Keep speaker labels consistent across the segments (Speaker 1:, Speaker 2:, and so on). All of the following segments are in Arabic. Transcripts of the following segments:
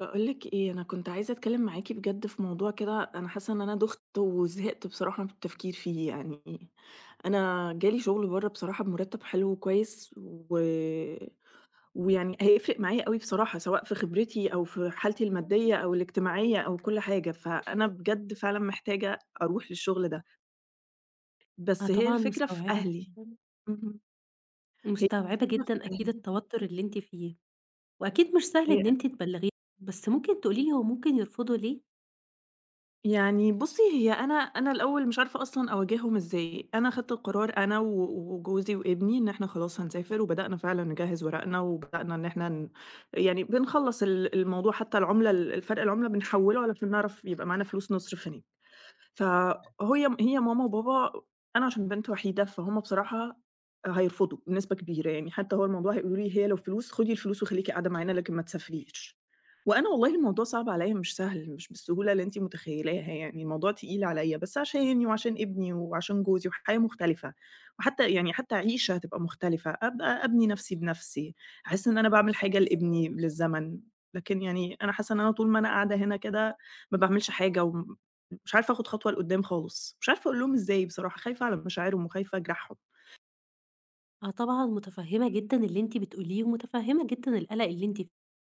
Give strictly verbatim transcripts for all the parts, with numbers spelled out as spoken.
Speaker 1: باقول لِك إيه، أنا كنت عايزة أتكلّم معاكِ بجد في موضوع كده، أنا حاسة إن أنا دُخت وزهقت بصراحة من التفكير فيه يعني، أنا جالي شغل برّه بصراحة بمُرتّب حلو وكويس و ويعني هيفرق معايا أوي بصراحة سواء في خبرتي أو في حالتي المادية أو الاجتماعية أو كل حاجة، فأنا بجد فعلًا محتاجة أروح للشغل ده،
Speaker 2: أنا
Speaker 1: بس هي
Speaker 2: طبعًا
Speaker 1: الفكرة في
Speaker 2: مستوعبة
Speaker 1: أهلي.
Speaker 2: جدًا
Speaker 1: اهم، هي
Speaker 2: مستوعبة
Speaker 1: الفكرة
Speaker 2: جدًا
Speaker 1: في
Speaker 2: أكيد
Speaker 1: أهلي.
Speaker 2: التوتر اللي أنتِ فيه، وأكيد مش سهل
Speaker 1: هي
Speaker 2: إن أنتِ تبلّغيه، بس ممكن تقولي لي هو ممكن يرفضوا ليه؟
Speaker 1: يعني بُصّي، هي أنا أنا الأول مش عارفة أصلًا أواجههم إزاي، أنا خدت القرار أنا و وجوزي وابني إن إحنا خلاص هنسافر، وبدأنا فعلًا نجهّز ورقنا، وبدأنا إن إحنا ن يعني بنخلّص ال الموضوع، حتى العُملة ال الفرق العُملة بنحوّله علشان نعرف يبقى معانا فلوس نصرف هناك. فهي هي ماما وبابا، أنا عشان بنت وحيدة، فهُم بصراحة هيرفضوا بنسبة كبيرة، يعني حتى هو الموضوع هيقولوا لي: "هي لو فلوس خدي الفلوس وخليكِ قاعدة معانا لكن ما تسافريش." وأنا والله الموضوع صعب عليّا مش سهل، مش بالسهولة اللي أنتِ متخيلاها يعني، الموضوع تقيل عليّا، بس عشاني وعشان ابني وعشان جوزي وحياة مختلفة، وحتى يعني حتى عيشة هتبقى مختلفة، أبقى أبني نفسي بنفسي، أحس إن أنا باعمل حاجة لابني، للزمن، لكن يعني أنا حاسة إن أنا طول ما أنا قاعدة هنا كده ما باعملش حاجة وم مش عارفة آخُد خطوة لقدّام خالص، مش عارفة أقول لهم إزاي بصراحة، خايفة على مشاعرهم وخايفة أجرحهم.
Speaker 2: آه طبعًا متفهّمة جدًا اللي أنتِ بتقوليه، ومتفهّمة جدًا القلق اللي أنتِ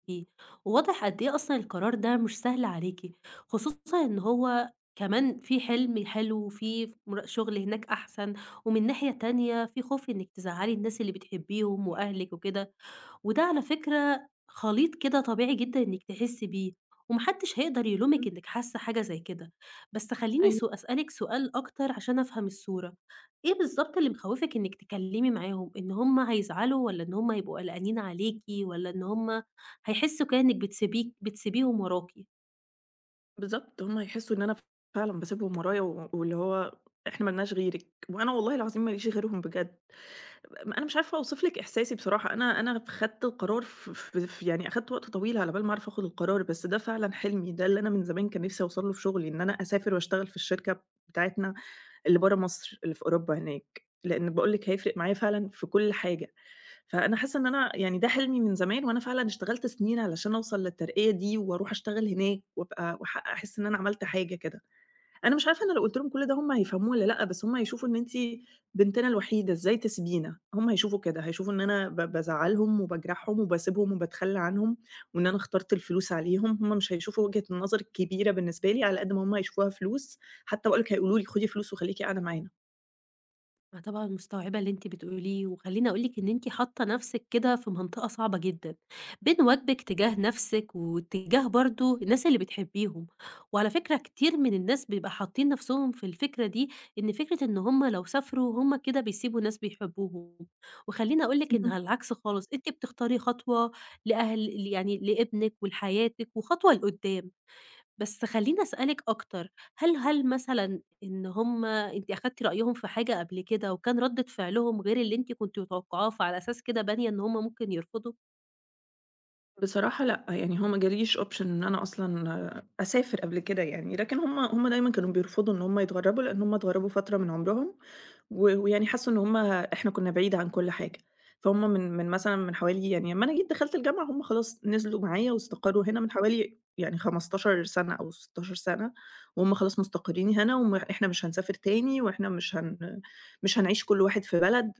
Speaker 2: فيه، وواضح قد إيه أصلًا القرار ده مش سهل عليكِ، خصوصًا إن هو كمان في حلم حلو وفي مر شغل هناك أحسن، ومن ناحية تانية في خوف إنِّك تزعّلي الناس اللي بتحبيهم وأهلِك وكده، وده على فكرة خليط كده طبيعي جدًا إنِّك تحسّي بيه، وما حدش هيقدر يلومِك
Speaker 1: إمم،
Speaker 2: إنِّك حاسة حاجة زي كده، بس خلّيني
Speaker 1: أيوه.
Speaker 2: سو أسألِك سؤال أكتر عشان أفهم الصورة، إيه بالضبط اللي مخوّفِك إنِّك تكلّمي معاهم، إن هُم هيزعلوا والّا إن هُم هيبقوا قلقانين عليكِ والّا إن هُم هيحسّوا كده إنِّك بتسيبيك بتسيبيهم وراكِ؟
Speaker 1: بالضبط، هم هيحسّوا إن أنا فعلًا باسيبهم ورايا و واللي هو إحنا ما لناش غيرِك، وأنا والله العظيم ما ليش غيرهم بجد. أنا مش عارفة أوصف لِك إحساسي بصراحة، أنا أنا خدت القرار ف ف ف يعني أخدت وقت طويل على بال ما أعرف آخُد القرار، بس ده فعلًا حلمي، ده اللي أنا من زمان كان نِفْسي أوصل له في شغلي، إن أنا أسافر وأشتغل في الشركة بتاعتنا اللي برّه مصر، اللي في أوروبا هناك، لإن باقول لِك هيفرق معايا فعلًا في كل حاجة. فأنا حاسة إن أنا يعني ده حلمي من زمان، وأنا فعلًا اشتغلت سنين علشان أوصل للترقية دي، وأروح أشتغل هناك، وأبقى وأحقق أحس إن أنا عملت حاجة كده. أنا مش عارفة أنا لو قُلت لهم كل ده هم هيفهموه والّا لأ، بس هم هيشوفوا إن أنتِ بنتنا الوحيدة، إزاي تسيبينا؟ هم هيشوفوا كده، هيشوفوا إن أنا ب بازعّلهم وباجرحهم وباسيبهم وباتخلّى عنهم، وإن أنا اخترت الفلوس عليهم. هم مش هيشوفوا وجهة النظر الكبيرة بالنسبة لي على قد ما هم هيشوفوها فلوس، حتى باقول لِك هيقولوا لي خدي فلوس وخليكِ قاعدة معانا.
Speaker 2: أنا طبعًا مستوعبة اللي أنتِ بتقوليه، وخلّيني أقول لِك إن أنتِ حاطة نفسِك كده في منطقة صعبة جدًا، بين واجبِك تجاه نفسِك، واتجاه برضه الناس اللي بتحبيهم، وعلى فكرة كتير من الناس بيبقى حاطين نفسهم في الفكرة دي، إن فكرة إن هُم لو سافروا هُم كده بيسيبوا ناس بيحبوهم، وخلّيني أقول لِك إنها العكس خالص، أنتِ بتختاري خطوة لأهل يعني لابنِك ولحياتِك، وخطوة لقدّام. بس خلّيني أسألِك أكتر، هل هل مثلًا إن هُم أنتِ أخدتِ رأيهم في حاجة قبل كده وكان ردة فعلهم غير اللي أنتِ كنتِ متوقعاه، فعلى أساس كده بانية إن هُم ممكن يرفضوا؟
Speaker 1: بصراحة لأ، يعني هو ما جاليش option إن أنا أصلًا أسافر قبل كده يعني، لكن هُم هُم دايمًا كانوا بيرفضوا إن هُم يتغرّبوا، لإن هُم اتغرّبوا فترة من عمرهم، و ويعني حسّوا إن هُم إحنا كُنّا بعيد عن كل حاجة، فهُم من من مثلًا من حوالي يعني أمّا أنا جيت دخلت الجامعة هُم خلاص نزلوا معايا واستقرّوا هنا من حوالي يعني خمستاشر سَنة أو ستاشر سَنة، وهُم خلاص مستقرّين هنا وم إحنا مش هنسافر تاني وإحنا مش هن مش هنعيش كل واحد في بلد،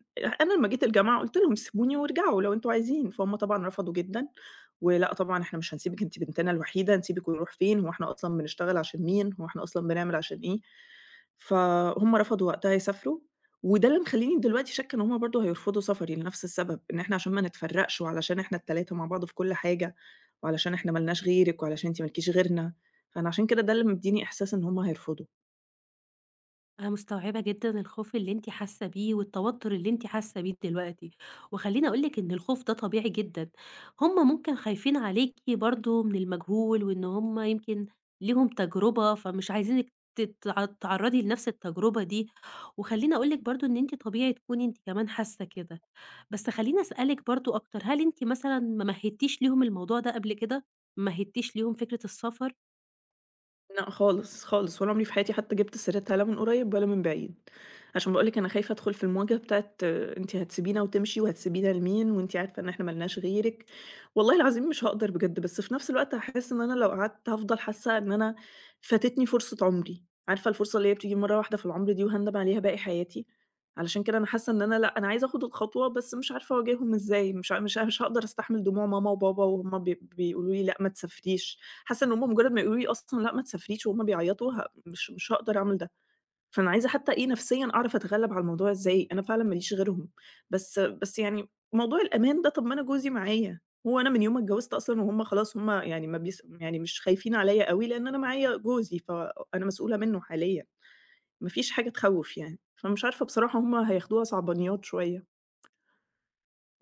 Speaker 1: أنا لمّا جيت الجامعة قُلت لهم سيبوني وارجعوا لو أنتم عايزين، فهُم طبعًا رفضوا جدًا، ولأ طبعًا إحنا مش هنسيبِك أنتِ بنتنا الوحيدة، نسيبِك ونروح فين، هو إحنا أصلًا بنشتغل عشان مين، هو إحنا أصلًا بنعمل عشان إيه، فهُم رفضوا وقتها يسافروا، وده اللي مخلّيني دلوقتي شاكة إن هُم برضه هيرفضوا سفري لنفس السبب، إن إحنا عشان ما نتفرّقش وعلشان إحنا التلاتة مع بعض في كل حاجة، وعلشان إحنا ما لناش غيرِك وعلشان أنتِ ما لكيش غيرنا، فأنا عشان كده ده اللي مدّيني إحساس إن هُم هيرفضوا.
Speaker 2: أنا مستوعبة جدًا الخوف اللي أنتِ حاسة بيه، والتوتر اللي أنتِ حاسة بيه دلوقتي، وخلّيني أقول لِك إن الخوف ده طبيعي جدًا، هُم ممكن خايفين عليكِ برضه من المجهول، وإن هُم يمكن ليهم تجربة، فمش عايزينِك تتع تتعرّضي لنفس التجربة دي، وخلّيني أقول لِك برضه إن أنتِ طبيعي تكوني أنتِ كمان حاسة كده، بس خلّيني أسألِك برضه أكتر، هل أنتِ مثلًا ما مهدتيش ليهم الموضوع ده قبل كده؟ ما مهدتيش ليهم فكرة السفر؟
Speaker 1: لأ خالص، خالص، ولا عمري في حياتي حتى جِبت سيرتها لا من قريب ولا من بعيد، عشان باقول لِك أنا خايفة أدخل في المواجهة بتاعة أنتِ هتسيبينا وتمشي وهتسيبينا لمين وأنتِ عارفة إن إحنا ما لناش غيرِك، والله العظيم مش هاقدر بجد، بس في نفس الوقت هاحس إن أنا لو قعدت هافضل حاسة إن أنا فاتتني فرصة عمري، عارفة الفرصة اللي هي بتيجي مرة واحدة في العمر دي وهاندم عليها باقي حياتي، علشان كده أنا حاسة إن أنا لأ، أنا عايزة آخد الخطوة بس مش عارفة أواجههم إزاي، مش ع مش مش هاقدر أستحمل دموع ماما وبابا وهُم بي بيقولوا لي لأ ما تسافريش. حاسة إن هُم مجرد ما يقولوا لي أصلًا لأ ما تسافريش وهُم بيعيطوا ه مش مش هاقدر أعمل ده، فأنا عايزة حتى إيه نفسيًا أعرف أتغلب على الموضوع إزاي، أنا فعلًا ما ليش غيرهم، بس بس يعني موضوع الأمان ده طب ما أنا جوزي معايا، هو أنا من يوم ما اتجوزت أصلًا وهُم خلاص هُم يعني ما بيس يعني مش خايفين عليَّ أوي لأن أنا معايا جوزي، فأنا مسؤولة منه حاليًا، ما فيش حاجة تخوّف يعني، فمش عارفة بصراحة هُم هياخدوها صعبانيات شوية.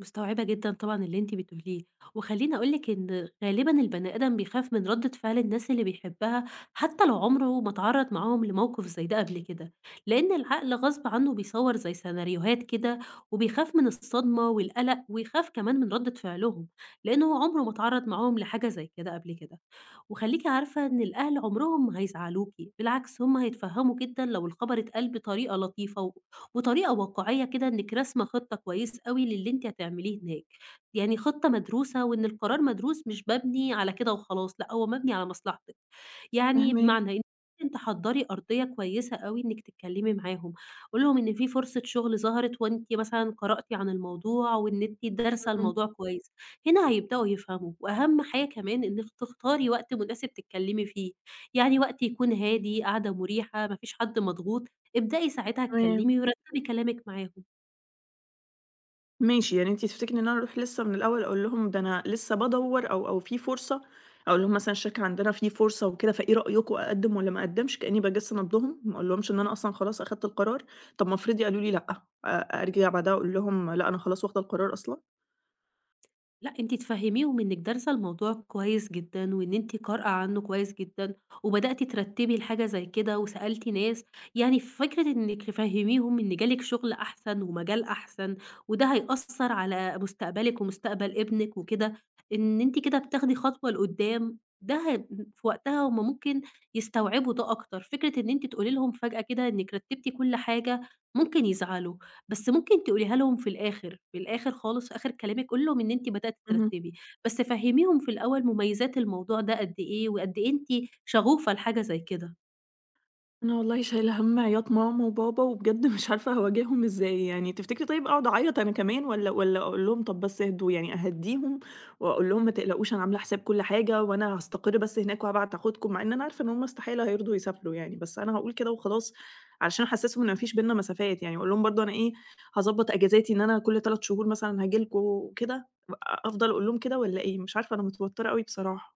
Speaker 2: مستوعبة جدًا طبعًا اللي أنتِ بتقوليه، وخلّيني أقول لِك إن غالبًا البني آدم بيخاف من ردة فعل الناس اللي بيحبها، حتى لو عمره ما اتعرّض معاهم لموقف زي ده قبل كده، لإن العقل غصب عنه بيصوّر زي سيناريوهات كده، وبيخاف من الصدمة والقلق، ويخاف كمان من ردة فعلهم، لإنه هو عمره ما اتعرّض معاهم لحاجة زي كده قبل كده. وخلّيكِ عارفة إن الأهل عمرهم ما هيزعّلوكِ، بالعكس هم هيتفهّموا جدًا لو الخبر اتقال بطريقة لطيفة و وطريقة واقعية كده إنِّك راسمة خطة كويس أوي للي أنتِ هتعمليه هناك، يعني خطة مدروسة وإن القرار مدروس مش مبني على كده وخلاص، لأ هو مبني على مصلحتِك، يعني
Speaker 1: فاهماك،
Speaker 2: بمعنى إن أنتِ تحضّري أرضية كويسة أوي إنِّك تتكلّمي معاهم، قولي لهم إن في فرصة شغل ظهرت وأنتِ مثلًا قرأتِ عن الموضوع وإن أنتِ دارسة
Speaker 1: إمم،
Speaker 2: الموضوع كويس. هنا هيبدأوا يفهموا، وأهم حاجة كمان إنِّك تختاري وقت مناسب تتكلّمي فيه، يعني وقت يكون هادي، قعدة مُريحة، ما فيش حد مضغوط، ابدئي ساعتها
Speaker 1: تمام.
Speaker 2: اتكلّمي ورتّبي كلامِك معاهم.
Speaker 1: ماشي، يعني أنتِ تفتكري إن أنا أروح لسه من الأول أقول لهم ده أنا لسه بادوّر أو أو في فرصة، أقول لهم مثلًا الشركة عندنا في فرصة وكده فإيه رأيكم أقدّم والّا ما أقدّمش؟ كإني باجِس نبضهم، ما أقولهمش إن أنا أصلًا خلاص أخدت القرار، طب ما افرضي قالوا لي لأ، أ أرجع بعدها أقول لهم لأ أنا خلاص واخدة القرار أصلًا؟
Speaker 2: لأ، أنتِ تفهّميهم إنِّك دارسة الموضوع كويس جدًا، وإن أنتِ قارئة عنّه كويس جدًا، وبدأتِ ترتّبي لحاجة زي كده، وسألتِ ناس، يعني فكرة إنِّك تفهّميهم إن جالِك شغل أحسن ومجال أحسن، وده هيأثّر على مستقبلِك ومستقبل ابنِك وكده، إن أنتِ كده بتاخدي خطوة لقدّام، ده ه في وقتها هُم ممكن يستوعبوا ده أكتر، فكرة إن أنتِ تقولي لهم فجأة كده إنِّك رتّبتِ كل حاجة ممكن يزعلوا. بس ممكن تقوليها لهم في الآخر، في الآخر خالص في آخر كلامِك قولي لهم إن أنتِ بدأتِ
Speaker 1: اهم.
Speaker 2: ترتّبي، بس فهّميهم في الأول مميزات الموضوع ده قد إيه، وقد إيه أنتِ شغوفة لحاجة زي كده.
Speaker 1: أنا والله شايلة هَم عياط ماما وبابا، وبجد مش عارفة هاواجههم إزاي يعني، تفتكري طيب أقعد أعيّط أنا كمان والّا والّا أقول لهم طب بس اهدوا، يعني أهدّيهم وأقول لهم ما تقلقوش أنا عاملة حساب كل حاجة، وأنا هاستقر بس هناك وهابعت آخدكم، مع إن أنا عارفة إن هُم استحالة هيرضوا يسافروا يعني، بس أنا هاقول كده وخلاص، علشان أحسّسهم إن ما فيش بيننا مسافات يعني، أقول لهم برضه أنا إيه، هاضبّط أجازاتي إن أنا كل ثلاثة شهور مثلًا هاجي لكم وكده، أ أفضل أقول لهم كده والّا إيه؟ مش عارفة أنا متوترة أوي بصراحة.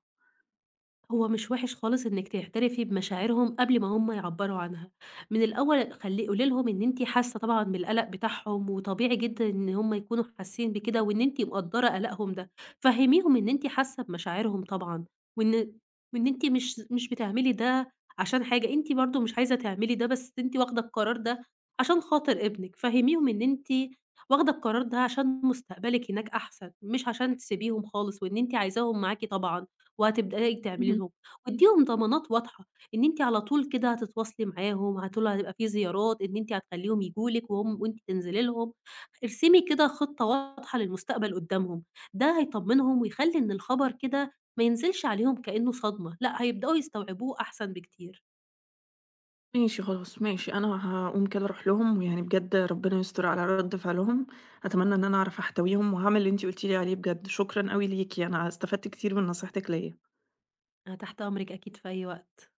Speaker 2: هو مش وِحِش خالص إنِّك تعترفي بمشاعرهم قبل ما هم يعبّروا عنها، من الأول خلّي قولي لهم إن أنتِ حاسة طبعًا بالقلق بتاعهم، وطبيعي جدًا إن هم يكونوا حاسين بكده، وإن أنتِ مقدّرة قلقهم ده، فهّميهم إن أنتِ حاسة بمشاعرهم طبعًا، وإن وإن أنتِ مش مش بتعملي ده عشان حاجة، أنتِ برضه مش عايزة تعملي ده، بس أنتِ واخدة القرار ده عشان خاطر ابنِك، فهّميهم إن أنتِ واخدة القرار ده عشان مستقبلِك هناك أحسن، مش عشان تسيبيهم خالص، وإن أنتِ عايزاهم معاكِ طبعًا، وهتبدئي تعملي لهم، وادّيهم ضمانات واضحة، إن أنتِ على طول كده هتتواصلي معاهم، على طول هتبقى في زيارات، إن أنتِ هتخلّيهم ييجوا لِك وهم وأنتِ تنزلي لهم، ارسمي كده خطة واضحة للمستقبل قدّامهم، ده هيطمّنهم ويخلّي إن الخبر كده ما ينزلش عليهم كإنه صدمة، لأ هيبدؤوا يستوعبوه أحسن بكتير.
Speaker 1: ماشي خلاص، ماشي، أنا هاقوم كده أروح لهم، ويعني بجد ربنا يستر على رد فعلهم، أتمنى إن أنا أعرف أحتويهم، وهاعمل اللي أنتِ قُلتِ لي عليه بجد، شكرًا أوي ليكِ، أنا استفدت كتير من نصيحتِك ليّا.
Speaker 2: أنا تحت أمرِك أكيد في أي وقت.